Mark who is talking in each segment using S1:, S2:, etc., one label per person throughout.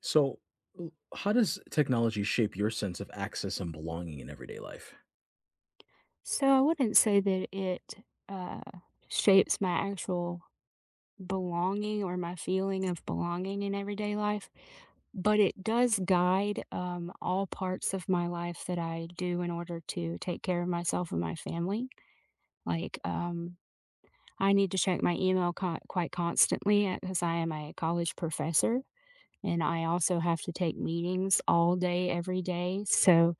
S1: So, how does technology shape your sense of access and belonging in everyday life?
S2: So I wouldn't say that it uh, shapes my actual belonging or my feeling of belonging in everyday life, but it does guide all parts of my life that I do in order to take care of myself and my family. Like, um, I need to check my email quite constantly because I am a college professor, and I also have to take meetings all day, every day. So,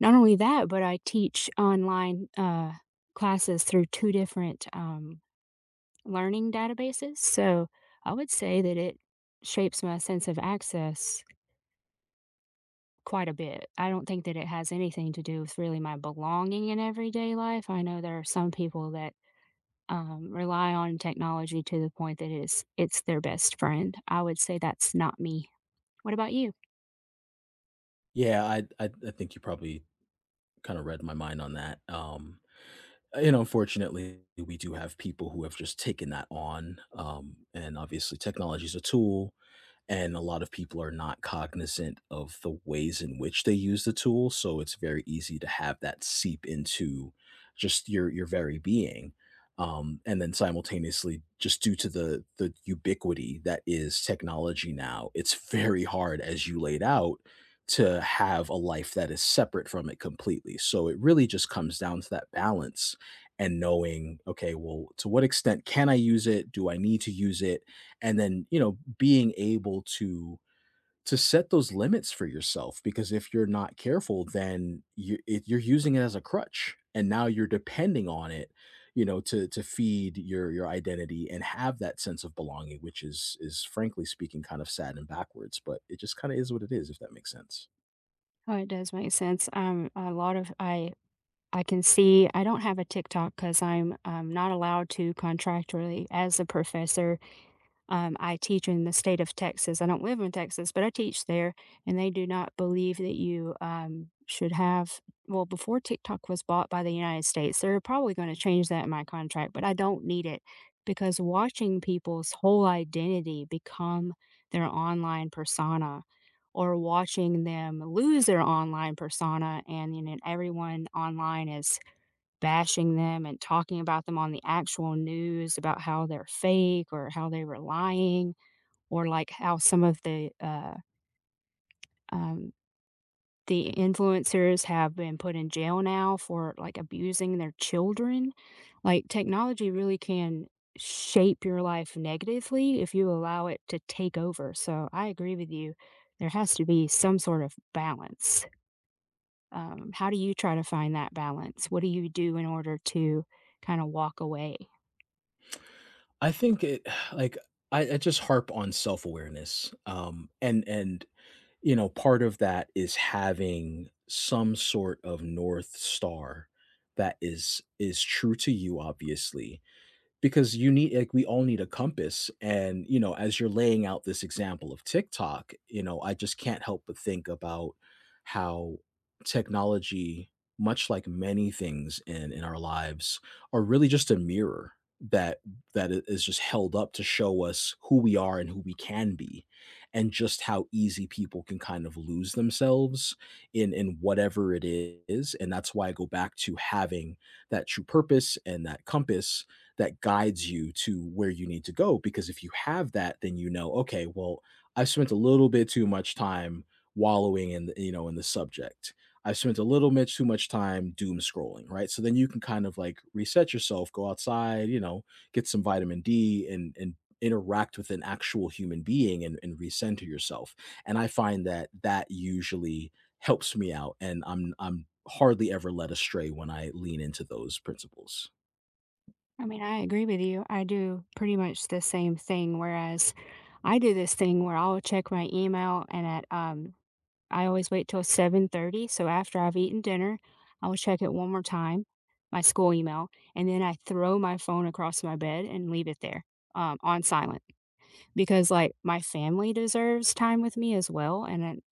S2: not only that, but I teach online, classes through 2 different, learning databases, so I would say that it shapes my sense of access quite a bit. I don't think that it has anything to do with really my belonging in everyday life. I know there are some people that, rely on technology to the point that it's their best friend. I would say that's not me. What about you?
S1: Yeah, I think you probably kind of read my mind on that. You know, unfortunately, we do have people who have just taken that on. And obviously, technology is a tool, and a lot of people are not cognizant of the ways in which they use the tool, so it's very easy to have that seep into just your very being, and then simultaneously, just due to the ubiquity that is technology now, it's very hard, as you laid out, to have a life that is separate from it completely. So it really just comes down to that balance and knowing, okay, well, to what extent can I use it, do I need to use it? And then, you know, being able to set those limits for yourself, because if you're not careful, then you're using it as a crutch, and now you're depending on it, you know, to feed your identity and have that sense of belonging, which is frankly speaking kind of sad and backwards, but it just kind of is what it is, if that makes sense.
S2: Oh, it does make sense. A lot of I can see I don't have a TikTok because I'm not allowed to contractually as a professor. I teach in the state of Texas. I don't live in Texas, but I teach there, and they do not believe that you should have. Well, before TikTok was bought by the United States, they're probably going to change that in my contract, but I don't need it because watching people's whole identity become their online persona, or watching them lose their online persona and you know everyone online is bashing them and talking about them on the actual news about how they're fake or how they were lying, or like how some of um, the influencers have been put in jail now for like abusing their children. Like technology really can shape your life negatively if you allow it to take over. So I agree with you. There has to be some sort of balance. How do you try to find that balance? What do you do in order to kind of walk away?
S1: I think it like I just harp on self-awareness. And you know, part of that is having some sort of north star that is true to you, obviously, because you need, like, we all need a compass. And, you know, as you're laying out this example of TikTok, you know, I just can't help but think about how technology, much like many things in our lives, are really just a mirror that that I is just held up to show us who we are and who we can be, and just how easy people can kind of lose themselves in whatever it is. And that's why I go back to having that true purpose and that compass that guides you to where you need to go. Because if you have that, then you know, okay, well, I have spent a little bit too much time wallowing in, the, you know, in the subject. I have spent a little bit too much time doom scrolling, right? So then you can kind of like reset yourself, go outside, you know, get some vitamin D and interact with an actual human being, and recenter yourself. And I find that that usually helps me out, and I'm hardly ever led astray when I lean into those principles.
S2: I mean, I agree with you. I do pretty much the same thing. Whereas I do this thing where I'll check my email and at I always wait till 7:30, so after I've eaten dinner, I will check it one more time, my school email, and then I throw my phone across my bed and leave it there on silent because like my family deserves time with me as well, and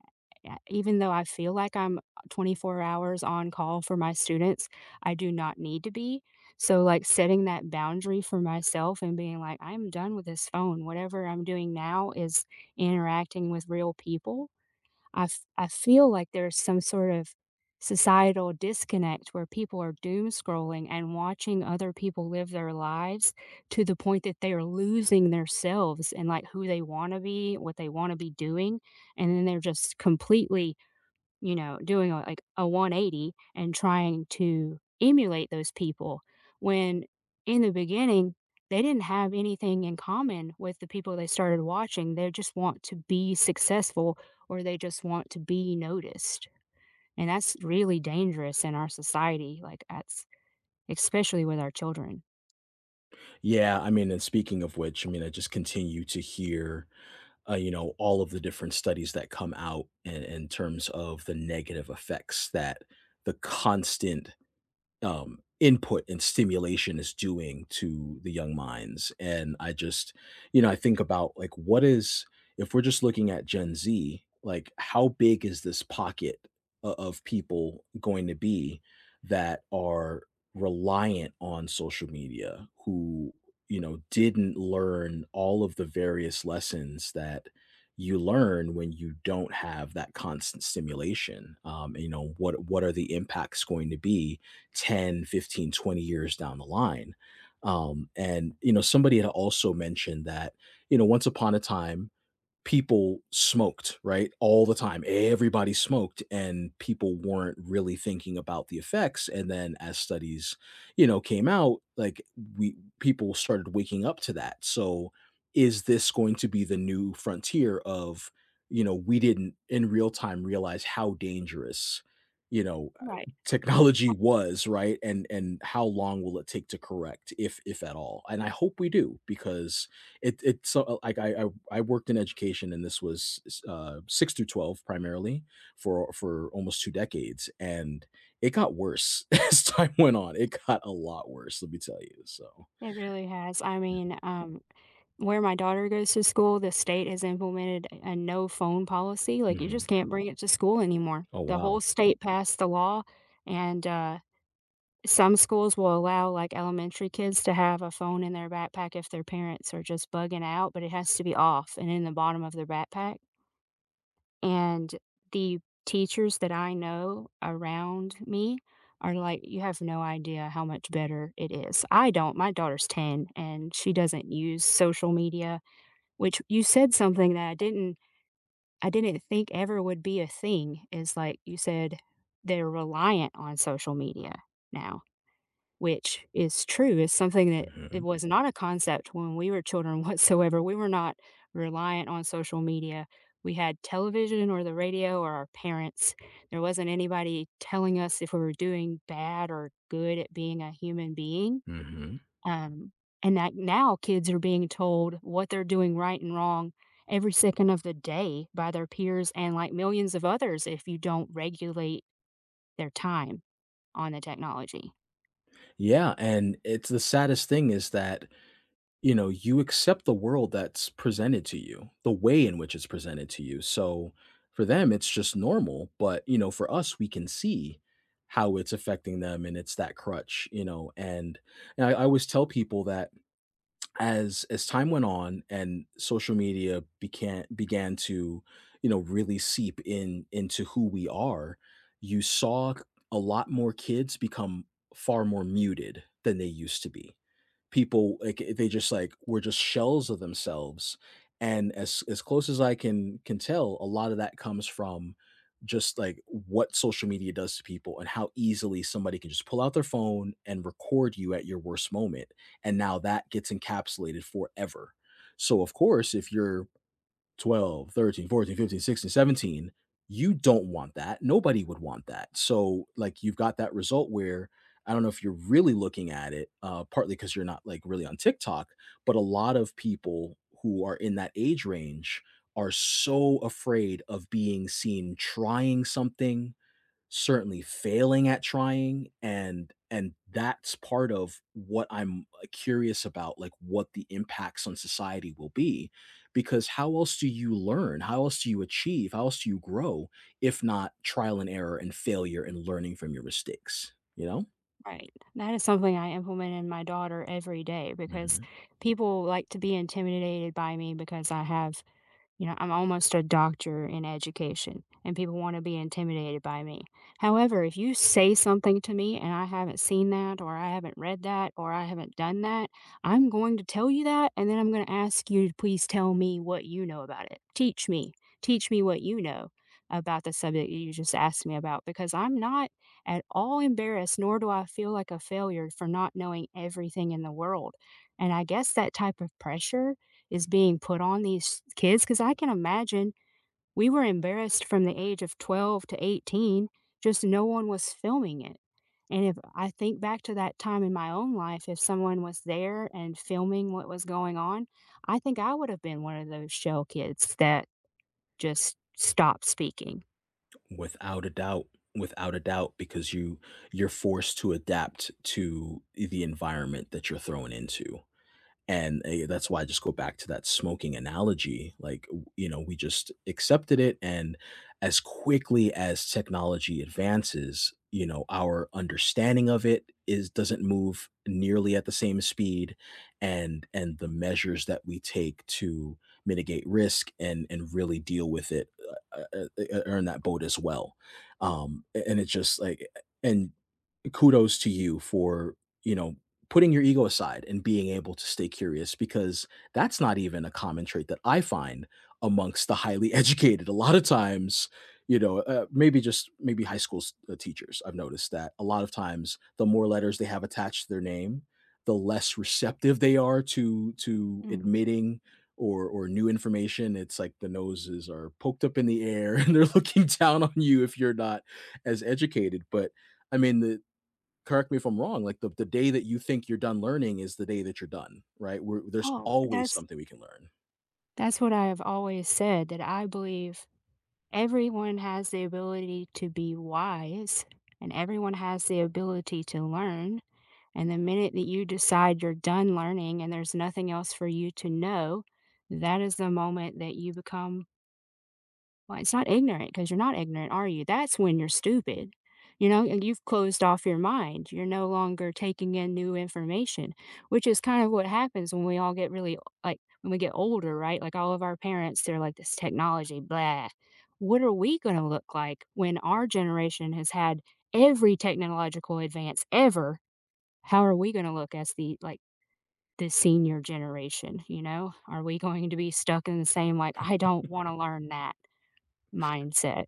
S2: yeah, even though I feel like I'm 24 hours on call for my students, I do not need to be. So, like, setting that boundary for myself and being like, I'm done with this phone. Whatever I'm doing now is interacting with real people. I feel like there's some sort of societal disconnect where people are doom scrolling and watching other people live their lives to the point that they are losing themselves and, like, who they wanna be, what they wanna be doing, and then they're just completely, you know, doing a like, a 180 and trying to emulate those people, when in the beginning, they didn't have anything in common with the people they started watching. They just want to be successful or they just want to be noticed, and that's really dangerous in our society, like, that's especially with our children.
S1: Yeah, I mean, and speaking of which, I mean, I just continue to hear, you know, all of the different studies that come out in terms of the negative effects that the constant input and stimulation is doing to the young minds. And I just, you know, I think about, like, what is, if we're just looking at Gen Z, like, how big is this pocket of people going to be that are reliant on social media, who, you know, didn't learn all of the various lessons that you learn when you don't have that constant stimulation? You know, what are the impacts going to be? 10, 15, 20 years down the line. And you know, somebody had also mentioned that, you know, once upon a time, people smoked, right? All the time. Everybody smoked, and people weren't really thinking about the effects. And then as studies, you know, came out, like, we people started waking up to that. So is this going to be the new frontier of, you know, we didn't in real time realize how dangerous, you know,
S2: Right.
S1: technology was, right? And how long will it take to correct, if at all? And I hope we do, because it's so like I worked in education, and this was 6 through 12 primarily for almost 2 decades, and it got worse as time went on. It got a lot worse, let me tell you. So
S2: It really has. I mean, where my daughter goes to school, the state has implemented a no phone policy. Like, you
S1: Mhm.
S2: just can't bring it to school anymore.
S1: Oh
S2: The
S1: wow.
S2: whole state passed the law, and, some schools will allow, like, elementary kids to have a phone in their backpack if their parents are just bugging out, but it has to be off and in the bottom of their backpack, and the teachers that I know around me are like, "You have no idea how much better it is." I don't, my daughter's 10, and she doesn't use social media, which you said something that I didn't think ever would be a thing, is, like, you said they're reliant on social media now, which is true, is something that it
S1: Hmm.
S2: was not a concept when we were children whatsoever. We were not reliant on social media. We had television or the radio or our parents. There wasn't anybody telling us if we were doing bad or good at being a human being.
S1: Hmm.
S2: Um, and that now kids are being told what they're doing right and wrong every second of the day by their peers and like millions of others if you don't regulate their time on the technology.
S1: Yeah, and it's the saddest thing is that, you know, you accept the world that's presented to you, the way in which it's presented to you. So for them, it's just normal. But, you know, for us, we can see how it's affecting them, and it's that crutch, you know. And I always tell people that as time went on and social media began to, you know, really seep in into who we are, you saw a lot more kids become far more muted than they used to be. People, like, eh, they just like were just shells of themselves. And as close as I can tell, a lot of that comes from just like what social media does to people and how easily somebody can just pull out their phone and record you at your worst moment, and now that gets encapsulated forever. So of course, if you're 12 13, 14, 15, 16, 17, you don't want that. Nobody would want that. So, like, you've got that result where I don't know if you're really looking at it, partly because you're not like really on TikTok, but a lot of people who are in that age range are so afraid of being seen trying something, certainly failing at trying. And that's part of what I'm curious about, like what the impacts on society will be, because how else do you learn? How else do you achieve? How else do you grow, if not trial and error and failure and learning from your mistakes, you know?
S2: Right. That is something I implement in my daughter every day because
S1: Mhm.
S2: people like to be intimidated by me because I have, you know, I'm almost a doctor in education, and people wanna be intimidated by me. However, if you say something to me and I haven't seen that, or I haven't read that, or I haven't done that, I'm going to tell you that, and then I'm gonna ask you to please tell me what you know about it. Teach me. Teach me what you know about the subject you just asked me about, because I'm not at all embarrassed, nor do I feel like a failure for not knowing everything in the world, and I guess that type of pressure is being put on these kids because I can imagine we were embarrassed from the age of 12 to 18, just no one was filming it. And if I think back to that time in my own life, if someone was there and filming what was going on, I think I would have been one of those shell kids that just stopped speaking.
S1: Without a doubt, without a doubt, because you're forced to adapt to the environment that you're thrown into. And eh, that's why I just go back to that smoking analogy. Like, you know, we just accepted it. And as quickly as technology advances, you know, our understanding of it is doesn't move nearly at the same speed. And the measures that we take to mitigate risk and really deal with it uh, uh, are in that boat as well. And it's just like and kudos to you for, you know, putting your ego aside and being able to stay curious, because that's not even a common trait that I find amongst the highly educated. A lot of times, you know, maybe just maybe high school teachers, I've noticed that a lot of times the more letters they have attached to their name, the less receptive they are to
S2: Mm.
S1: admitting or new information. It's like the noses are poked up in the air and they're looking down on you if you're not as educated. But I mean, the correct me if I'm wrong, like the day that you think you're done learning is the day that you're done, right? There's
S2: Oh,
S1: always
S2: that's
S1: something we can learn.
S2: what I have always said, that I believe everyone has the ability to be wise, and everyone has the ability to learn. And the minute that you decide you're done learning and there's nothing else for you to know, that is the moment that you become, well, it's not ignorant because you're not ignorant, are you? That's when you're stupid. You know, and you've closed off your mind. You're no longer taking in new information, which is kind of what happens when we all get really, like, when we get older, right? Like all of our parents, they're like this technology, blah. What are we going to look like when our generation has had every technological advance ever? How are we gonna look as the like, the senior generation, you know? Are we going to be stuck in the same, like, "I don't wanna learn that" mindset?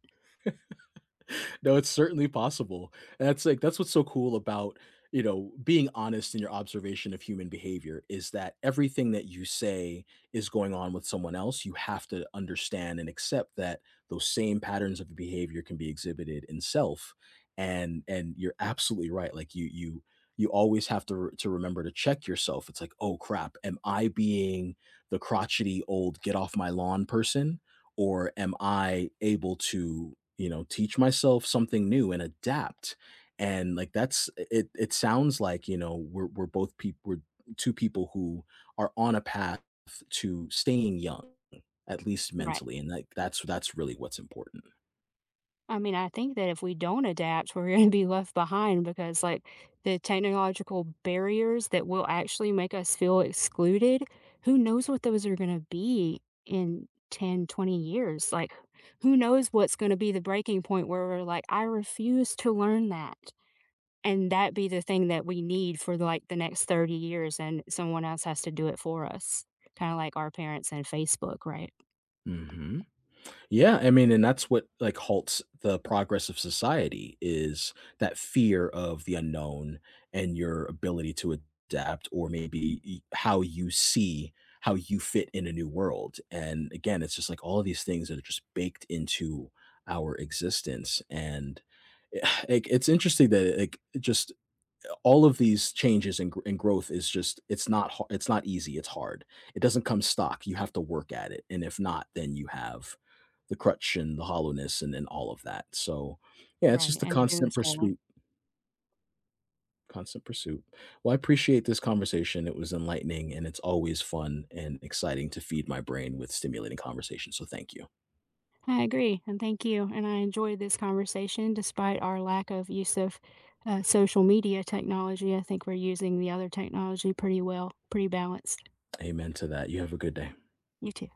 S1: No, it's certainly possible. And that's like that's what's so cool about, you know, being honest in your observation of human behavior, is that everything that you say is going on with someone else, you have to understand and accept that those same patterns of behavior can be exhibited in self. And you're absolutely right. Like you you always have to remember to check yourself. It's like, oh crap, am I being the crotchety old get off my lawn person, or am I able to, you know, teach myself something new and adapt? And like that's it sounds like, you know, we're both people, we're two people who are on a path to staying young, at least
S2: Right.
S1: mentally. And like that's really what's important.
S2: I mean, I think that if we don't adapt, we're gonna be left behind because, like, the technological barriers that will actually make us feel excluded, who knows what those are gonna be in 10, 20 years? Like, who knows what's gonna be the breaking point where we're like, "I refuse to learn that." And that be the thing that we need for, like, the next 30 years, and someone else has to do it for us, kinda like our parents and Facebook, right?
S1: Mhm. Yeah, I mean, and that's what like halts the progress of society is that fear of the unknown and your ability to adapt, or maybe how you see how you fit in a new world. And again, it's just like all of these things that are just baked into our existence. And it's interesting that, like, just all of these changes and, growth, is just, it's not har- it's not easy, it's hard, it doesn't come stock. You have to work at it, and if not, then you have the crutch and the hollowness and then all of that. So yeah, it's
S2: Right,
S1: just a
S2: and the doom
S1: constant
S2: scrolling.
S1: pursuit, constant pursuit. Well, I appreciate this conversation, it was enlightening, and it's always fun and exciting to feed my brain with stimulating conversation. So thank you.
S2: I agree, and thank you, and I enjoyed this conversation despite our lack of use of, social media technology. I think we're using the other technology pretty well, pretty balanced.
S1: Amen to that. You have a good day.
S2: You too.